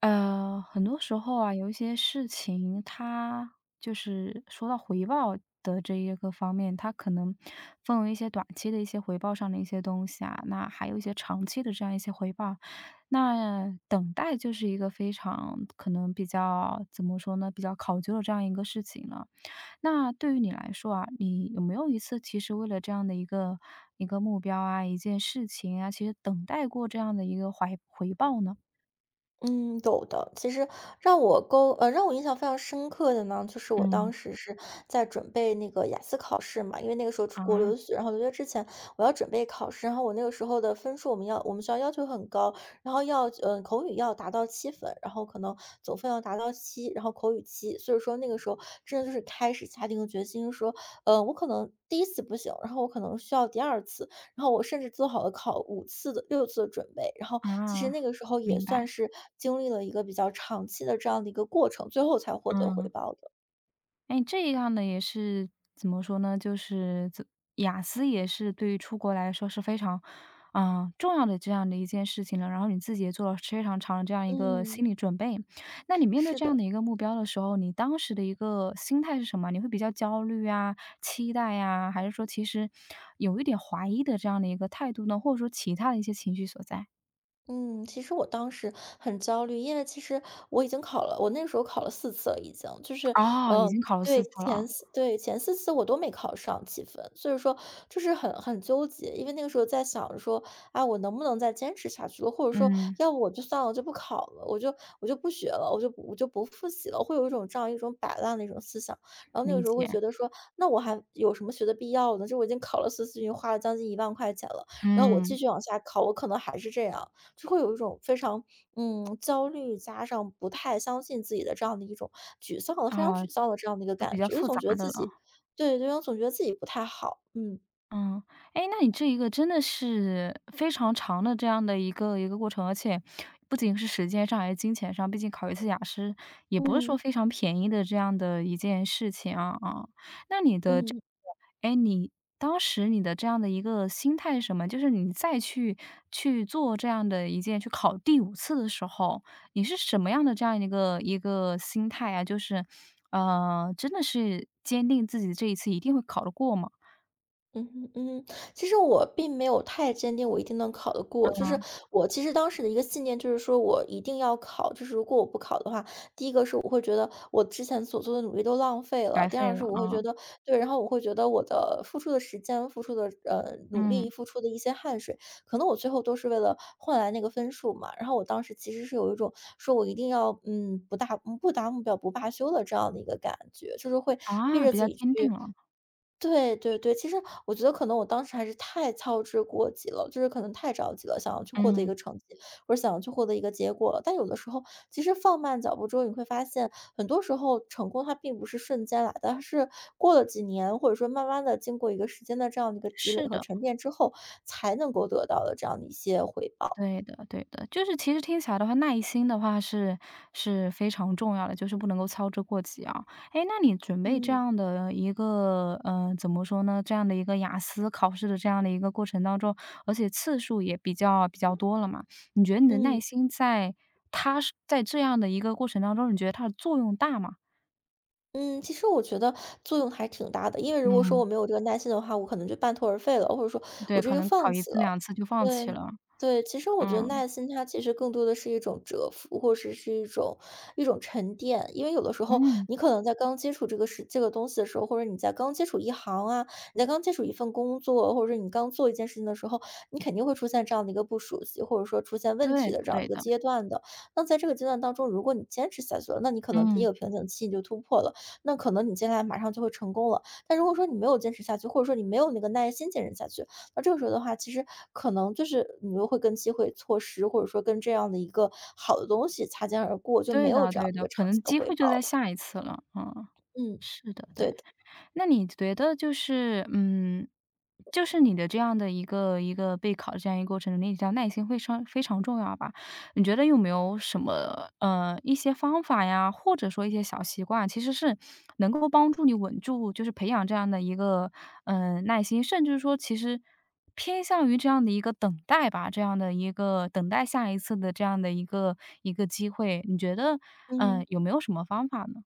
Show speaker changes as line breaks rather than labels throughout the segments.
很多时候啊，有一些事情，它就是说到回报的这一个方面，它可能分为一些短期的一些回报上的一些东西啊，那还有一些长期的这样一些回报。那等待就是一个非常可能比较怎么说呢，比较考究的这样一个事情了。那对于你来说啊，你有没有一次其实为了这样的一个目标啊，一件事情啊，其实等待过这样的一个怀回报呢？
嗯，有的。其实让我印象非常深刻的呢，就是我当
嗯
时是在准备那个雅思考试嘛，因为那个时候出国
啊，
留学，然后留学之前我要准备考试，然后我那个时候的分数我们要我们学校要求很高，然后要口语要达到7分，然后可能总分要达到七，然后口语七，所以说那个时候真的就是开始下定决心说，我可能第一次不行，然后我可能需要第二次，然后我甚至做好了考5次的6次的准备，然后其实
啊，
那个时候也
明
算
白，
是经历了一个比较长期的这样的一个过程，最后才获得回
嗯。
报的。
哎，这样的也是怎么说呢，就是雅思也是对于出国来说是非常，嗯，重要的这样的一件事情了，然后你自己也做了非常长的这样一个心
嗯，
理准备。那你面对
是
这样
的。
的一个目标的时候，你当时的一个心态是什么？你会比较焦虑啊、期待呀，还是说其实有一点怀疑的这样的一个态度呢？或者说其他的一些情绪所在？
嗯，其实我当时很焦虑，因为其实我已经考了，我那个时候考了四次了已经，就是，
哦，已
嗯，
经考了四
对，
次了啊，
前4次我都没考上几分，所以说就是很纠结。因为那个时候在想着说，啊，我能不能再坚持下去了，或者说
嗯，
要不我就算了，我就不考了，我就不学了，我就不复习了，会有一种这样一种摆烂的一种思想。然后那个
理
时候会
解，
觉得说，那我还有什么学的必要呢？这我已经考了四次，已经花了将近1万块钱了，然后我
嗯，
继续往下考，我可能还是这样。就会有一种非常焦虑，加上不太相信自己的这样的一种沮丧的、非常
哦。
沮丧的这样的一个
都比
感
较
觉，就
复
总
杂
觉得
的
自
了，
己，对对，总觉得自己不太好。嗯
嗯，哎，那你这一个真的是非常长的这样的一个过程，而且不仅是时间上，还是金钱上，毕竟考一次雅思也不是说
嗯
非常便宜的这样的一件事情啊啊。那你的这
嗯。
诶，哎你当时你的这样的一个心态是什么？就是你再去去做这样的一件去考第五次的时候，你是什么样的这样一个心态啊？就是，真的是坚定自己这一次一定会考得过吗？
嗯哼嗯哼，其实我并没有太坚定我一定能考得过，就是我其实当时的一个信念就是说我一定要考，就是如果我不考的话，第一个是我会觉得我之前所做的努力都浪费
白
了，第
费
二
了
是我会
啊，
觉得，对，然后我会觉得我的付出的时间、付出的努
嗯，
力、付出的一些汗水，可能我最后都是为了换来那个分数嘛。然后我当时其实是有一种说我一定要不达目标不罢休的这样的一个感觉，就是会逼
啊，
着
比
自
较
己
坚定
去。
了，
对对对，其实我觉得可能我当时还是太操之过急了，就是可能太着急了，想要去获得一
嗯，
个成绩，或者想要去获得一个结果了。但有的时候，其实放慢脚步之后，你会发现，很多时候成功它并不是瞬间来的，它是过了几年，或者说慢慢的经过一个时间的这样的一个积累
是
和
的，
沉淀之后，才能够得到的这样的一些回报。
对的对的。就是其实听起来的话，耐心的话是非常重要的，就是不能够操之过急啊。哎，那你准备这
嗯
样的一个，怎么说呢，这样的一个雅思考试的这样的一个过程当中，而且次数也比较多了嘛，你觉得你的耐
嗯。
心在它是在这样的一个过程当中，你觉得它的作用大吗？
嗯，其实我觉得作用还挺大的，因为如果说我
嗯，
没有这个耐心的话，我可能就半途而废了，或者说
对，
我直
可
接就
能考
放
一
弃
次
了。
两次就放弃
对
了，
对，其实我觉得
嗯，
耐心它其实更多的是一种蛰伏，或者是一种沉淀。因为有的时候
嗯。
你可能在刚接触这个事这个东西的时候，或者你在刚接触一行啊，你在刚接触一份工作，或者你刚做一件事情的时候，你肯定会出现这样的一个不熟悉，或者说出现问
对
题
的
的这样
对
一个
的，
阶段的。那在这个阶段当中，如果你坚持下去了，那你可能第一
嗯，
个瓶颈期你就突破了。那可能你接下来马上就会成功了。但如果说你没有坚持下去，或者说你没有那个耐心坚持下去，那这个时候的话，其实可能就是你又会跟机会错失，或者说跟这样的一个好的东西擦肩而过，就没
对
有
的
这
对
样的一
的，
个
可
长
能
期的
机
回
会
报
就在
了。
下一次了，嗯，
嗯，
是的，
对
对。
的，
那你觉得就是，嗯，就是你的这样的一个备考的这样一个过程中，你讲耐心非常非常重要吧？你觉得有没有什么，一些方法呀，或者说一些小习惯，其实是能够帮助你稳住，就是培养这样的一个，嗯，耐心，甚至说其实偏向于这样的一个等待吧，这样的一个等待下一次的这样的一个机会，你觉得，嗯，
嗯。
有没有什么方法呢？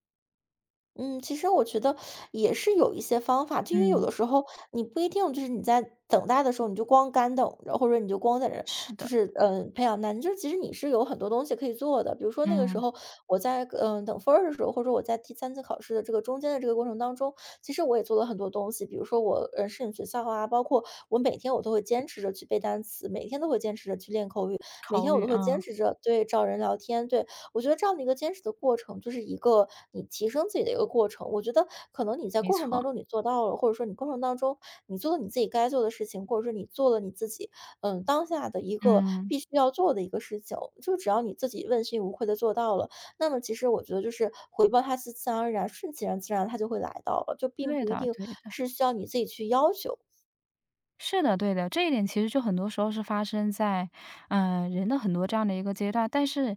嗯，其实我觉得也是有一些方法，就因为有
嗯，
的时候你不一定就是你在等待的时候，你就光干等着，或者你就光在这儿，
是
就
的，
是培养耐心。就是其实你是有很多东西可以做的，比如说那个时
嗯。
候我在等分儿的时候，或者我在第三次考试的这个中间的这个过程当中，其实我也做了很多东西，比如说我申请学校啊，包括我每天我都会坚持着去背单词，每天都会坚持着去练口语，每
口
天我
语，
都
啊，
会坚持着找人聊天。对，我觉得这样的一个坚持的过程，就是一个你提升自己的一个过程。我觉得可能你在
没
过程
错，
当中你做到了，或者说你过程当中你做了你自己该做的事情，或者说你做了你自己当下的一个
嗯，
必须要做的一个事情，就只要你自己问心无愧的做到了，那么其实我觉得就是回报它是自然而然、顺其然自然，它就会来到了，就并
对
不一
的
定
对的，
是需要你自己去要求。
是的对的，这一点其实就很多时候是发生在，嗯，人的很多这样的一个阶段，但是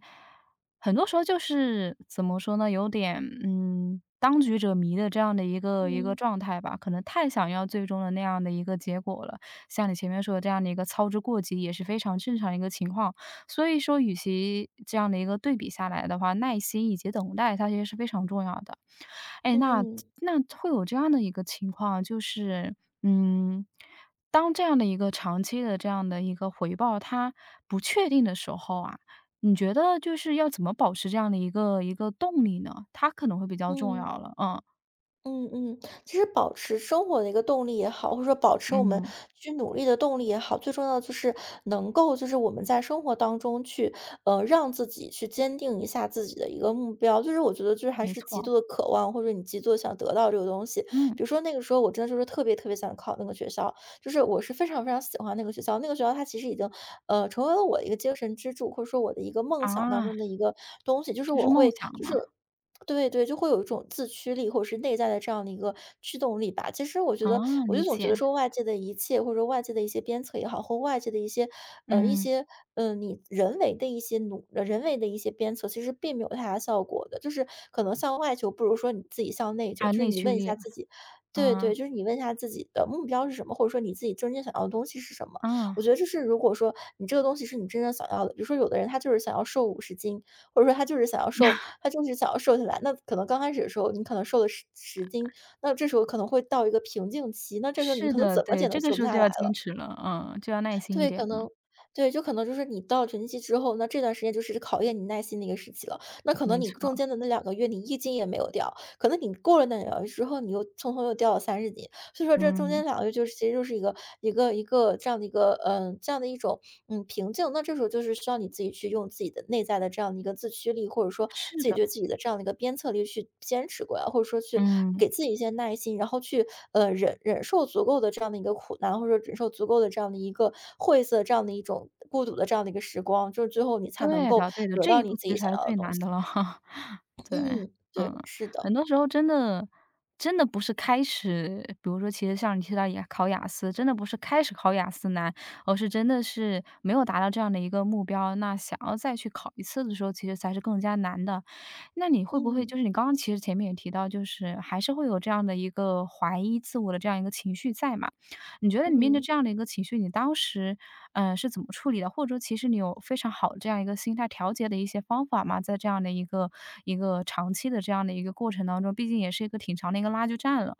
很多时候就是怎么说呢，有点，嗯，当局者迷的这样的一个
嗯
状态吧，可能太想要最终的那样的一个结果了。像你前面说的这样的一个操之过急也是非常正常的一个情况，所以说与其这样的一个对比下来的话，耐心以及等待它其实是非常重要的。哎，
嗯
那会有这样的一个情况，就是，嗯，当这样的一个长期的这样的一个回报，它不确定的时候啊，你觉得就是要怎么保持这样的一个动力呢？它可能会比较重
嗯。
要了。嗯，
嗯嗯，其实保持生活的一个动力也好，或者说保持我们
嗯，
去努力的动力也好，最重要的就是能够，就是我们在生活当中去，让自己去坚定一下自己的一个目标。就是我觉得，就是还
没
是极
错。
度的渴望，或者你极度的想得到这个东西。
嗯，
比如说那个时候，我真的就是特别特别想考那个学校，就是我是非常非常喜欢那个学校。那个学校它其实已经，成为了我的一个精神支柱，或者说我的一个梦想当
啊，
中的一个东西。就是
就是
我
梦
会，
想
就
嘛。
是对对，就会有一种自驱力，或者是内在的这样的一个驱动力吧。其实我觉得，
啊，
我
理
就总觉
解。
得说外界的一切，或者说外界的一些鞭策也好，或外界的一些，呃，一
嗯，
些，你人为的一些努，呃人为的一些鞭策，其实并没有太大效果的。就是可能向外求，不如说你自己向内求。
还有
就是
内
你
驱
问一
力。
下自己，对对，
嗯，
就是你问一下自己的目标是什么，或者说你自己真正想要的东西是什么。
嗯，
我觉得就是如果说你这个东西是你真正想要的，比如说有的人他就是想要瘦50斤，或者说他就是想要瘦，他就是想要瘦下来。那可能刚开始的时候，你可能瘦了十斤，那这时候可能会到一个瓶颈期，那这时候你
是
可能
的，
怎么
对，
减都
这个
瘦
时
不
候
下
就
来
要坚
了。
持了，嗯，就要耐心一
对，
点
可
了，
能对，就可能就是你到瓶颈期之后，那这段时间就是考验你耐心的一个时期了。那可能
没
你中
错。
间的那两个月，你一斤也没有掉，可能你过了那两个月之后，你又匆匆又掉了30斤。所以说这中
嗯，
间两个就是其实就是一个这样的一个这样的一种瓶颈。那这时候就是需要你自己去用自己的内在的这样的一个自驱力，或者说
是
自己
的。
对自己的这样的一个鞭策力去坚持过来，或者说去
嗯，
给自己一些耐心，然后去忍受足够的这样的一个苦难，或者说忍受足够的这样的一个晦涩这样的一种孤独的这样的一个时光，就是最后你才能
对
够
的对的，
得
这
到
一步
你
其
自
实
己
才
想
是
要的
最
东
难
西。
的了。对，
嗯，
嗯，
对，是的，
很多时候真的不是开始比如说其实像你提到考雅思，真的不是开始考雅思难，而是真的是没有达到这样的一个目标，那想要再去考一次的时候，其实才是更加难的。那你会不会
嗯
就是你刚刚其实前面也提到，就是还是会有这样的一个怀疑自我的这样一个情绪在嘛？你觉得你面对
嗯。
这样的一个情绪，你当时嗯，是怎么处理的？或者说其实你有非常好的这样一个心态调节的一些方法吗？在这样的一个长期的这样的一个过程当中，毕竟也是一个挺长的一个拉锯战了。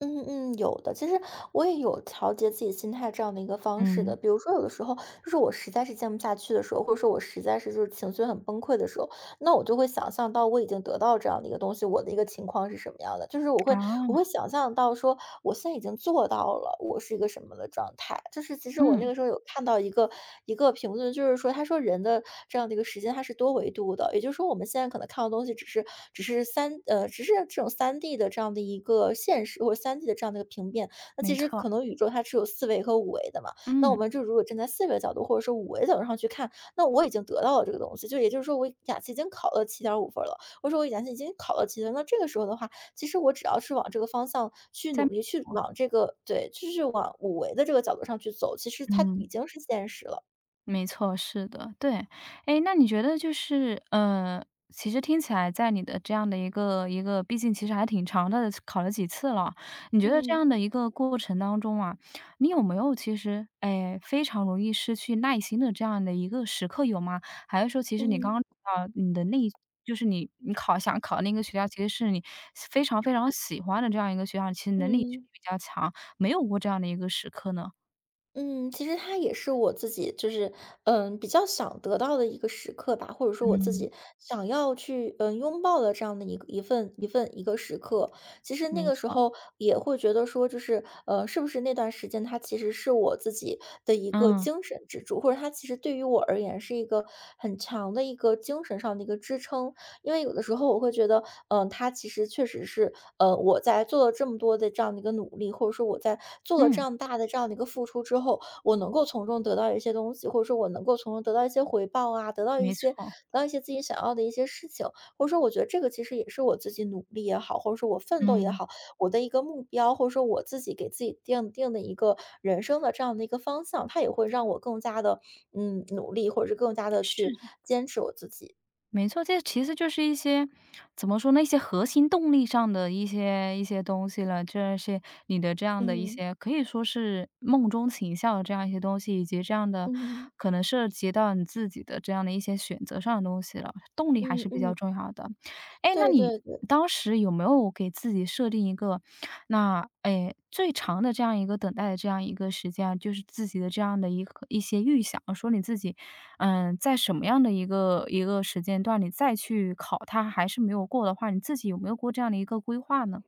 嗯嗯，有的。其实我也有调节自己心态这样的一个方式的。
嗯，
比如说，有的时候就是我实在是静不下去的时候，或者说我实在是就是情绪很崩溃的时候，那我就会想象到我已经得到这样的一个东西，我的一个情况是什么样的，就是我会
啊，
想象到说，我现在已经做到了，我是一个什么的状态。就是其实我那
嗯，
个时候有看到一个评论，就是说他说人的这样的一个时间它是多维度的，也就是说我们现在可能看到东西只是这种三 D 的这样的一个现实或者三 D 的这样的一个平面，那
没
其实
错，
可能宇宙它是有四维和五维的嘛。那我
嗯，
们就如果站在四维的角度或者说五维的角度上去看，那我已经得到了这个东西，就也就是说我雅思已经考了七7五分了，我说我雅思已经考了七分，那这个时候的话，其实我只要是往这个方向去
在
努力，去往这个对，就是往五维的这个角度上去走，其实它
嗯。
已经是现实了。
没错，是的，对。哎，那你觉得就是，其实听起来在你的这样的一个毕竟其实还挺长的，考了几次了。你觉得这
嗯，
样的一个过程当中啊，你有没有其实，哎，非常容易失去耐心的这样的一个时刻有吗？还是说其实你刚刚
嗯，
啊，你的那一就是你考想考那个学校，其实是你非常非常喜欢的这样一个学校，其实能力
嗯。
比较强，没有过这样的一个时刻呢？
嗯，其实它也是我自己就是，比较想得到的一个时刻吧，或者说我自
嗯。
己想要去，拥抱的这样的一个一个时刻。其实那
没
个时
错，
候也会觉得说，就是，是不是那段时间它其实是我自己的一个
嗯，
精神支柱，或者它其实对于我而言是一个很强的一个精神上的一个支撑。因为有的时候我会觉得，它其实确实是我在做了这么多的这样的一个努力，或者说我在做了这
嗯。
样大的这样的一个付出之后，我能够从中得到一些东西，或者说我能够从中得到一些回报啊，得到一
没
些得
错，
到一些自己想要的一些事情，或者说我觉得这个其实也是我自己努力也好，或者说我奋斗也
嗯，
好，我的一个目标，或者说我自己给自己定的一个人生的这样的一个方向，它也会让我更加的努力，或者是更加的去
是的，
坚持我自己。
没错，这其实就是一些怎么说呢，一些核心动力上的一些东西了。这些你的这样的一
嗯
些可以说是梦中情校的这样一些东西，以及这样的
嗯
可能涉及到你自己的这样的一些选择上的东西了，动力还
嗯
是比较
嗯，
重要的。哎，
对
那你
对对。
当时有没有给自己设定一个，那，哎，最长的这样一个等待的这样一个时间啊，就是自己的这样的一个一些预想，说你自己，嗯，在什么样的一个时间段，你再去考它还是没有过的话，你自己有没有过这样的一个规划呢？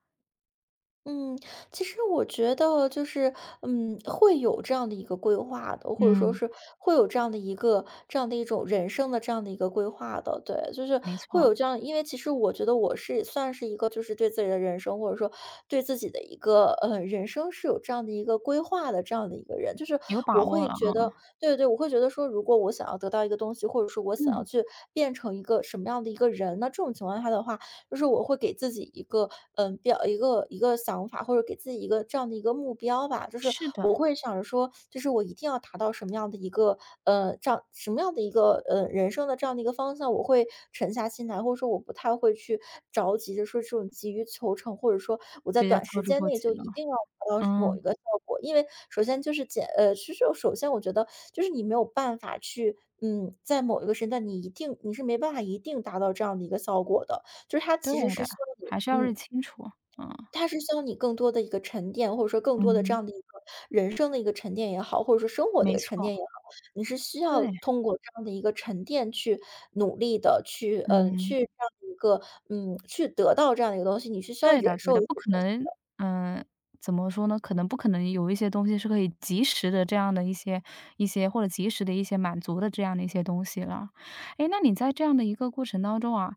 嗯，其实我觉得就是，会有这样的一个规划的，或者说
嗯，
是会有这样的一个这样的一种人生的这样的一个规划的，对，就是
没
会
错，
有这样，因为其实我觉得我是算是一个就是对自己的人生或者说对自己的一个人生是有这样的一个规划的这样的一个人，就是
有把
我
握
会
了
觉
啊。
得，对对，我会觉得说，如果我想要得到一个东西，或者说我想
嗯，
要去变成一个什么样的一个人，那这种情况下的话，就是我会给自己一个一个想法，或者给自己一个这样的一个目标吧，就是
是的，
我会想着说，就是我一定要达到什么样的一个这样什么样的一个人生的这样的一个方向，我会沉下心来，或者说我不太会去着急的说这种急于求成，或者说我在
别要
短
操
时
之
间
过
内
急
就
了。
一定要达到某
嗯，
一个效果，因为首先就是其实首先我觉得就是你没有办法去。在某一个时间段，你一定你是没办法一定达到这样的一个效果的，就是它
对
其实是
的，
需要
还是
你
要认清楚，嗯，
它是需要你更多的一个沉淀，或者说更多的这
嗯，
样的一个人生的一个沉淀也好，或者说生活的一
没
个沉
错，
淀也好，你是需要
对，
通过这样的一个沉淀去努力的去
嗯。
去这样的一个去得到这样的一个东西，你是需要
对的
忍
对的，
受一些
不可
东西
能，嗯，怎么说呢？可能不可能有一些东西是可以及时的这样的一些或者及时的一些满足的这样的一些东西了。诶，那你在这样的一个过程当中啊，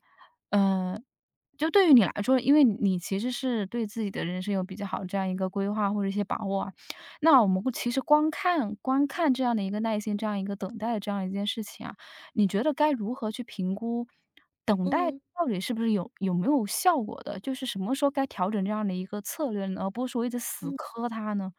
呃，就对于你来说，因为你其实是对自己的人生有比较好这样一个规划或者一些把握啊，那我们其实光看这样的一个耐心，这样一个等待的这样一件事情啊，你觉得该如何去评估？等待
嗯。
到底是不是有没有效果的？就是什么时候该调整这样的一个策略呢？而不是说一直死
嗯。
磕它呢？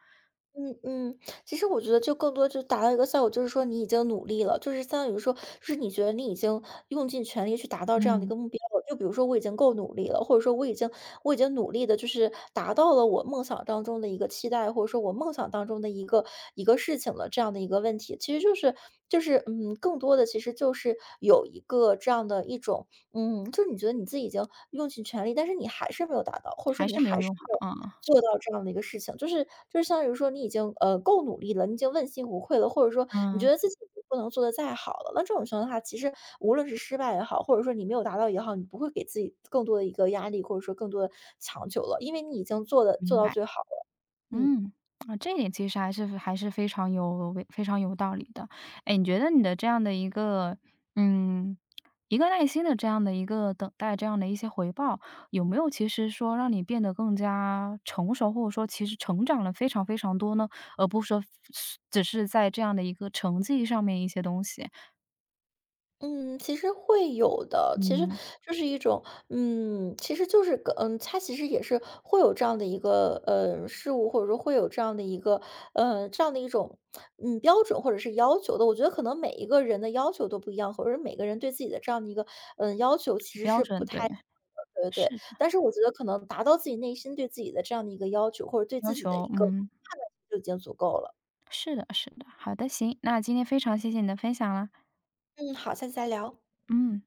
嗯嗯，其实我觉得就更多就达到一个效果，就是说你已经努力了，就是相当于说，就是你觉得你已经用尽全力去达到这样的一
嗯，
个目标了。就比如说我已经够努力了，或者说我已经努力的，就是达到了我梦想当中的一个期待，或者说我梦想当中的一个事情了，这样的一个问题，其实就是更多的其实就是有一个这样的一种就是你觉得你自己已经用尽全力，但是你还是没有达到，或者说
还
你
是没
还
有
是
用
没
好，
有
啊。
做到这样的一个事情，就是相当于说你已经，够努力了，你已经问心无愧了，或者说你
嗯，
觉得自己不能做得再好了，那这种情况下，其实无论是失败也好，或者说你没有达到也好，你不会给自己更多的一个压力，或者说更多的强求了，因为你已经做的做
明
到
白。
最好了。嗯。
嗯，啊，这一点其实还是非常非常有道理的。哎，你觉得你的这样的一个，嗯，一个耐心的这样的一个等待，这样的一些回报，有没有其实说让你变得更加成熟，或者说其实成长了非常非常多呢？而不是说只是在这样的一个成绩上面一些东西，
嗯，其实会有的，其实
嗯，
就是一种，其实就是个，他其实也是会有这样的一个，事物，或者说会有这样的一个，这样的一种，标准或者是要求的。我觉得可能每一个人的要求都不一样，或者是每个人对自己的这样的一个，要求其实
标
是不
准，对，
太对对对。
是的，
但是我觉得可能达到自己内心对自己的这样的一个要求，或者对
要
自己的
求，
一个
嗯，
判断就已经足够了。
是的，是的。好的，行，那今天非常谢谢你的分享啦，
嗯，好，下次再聊。
嗯。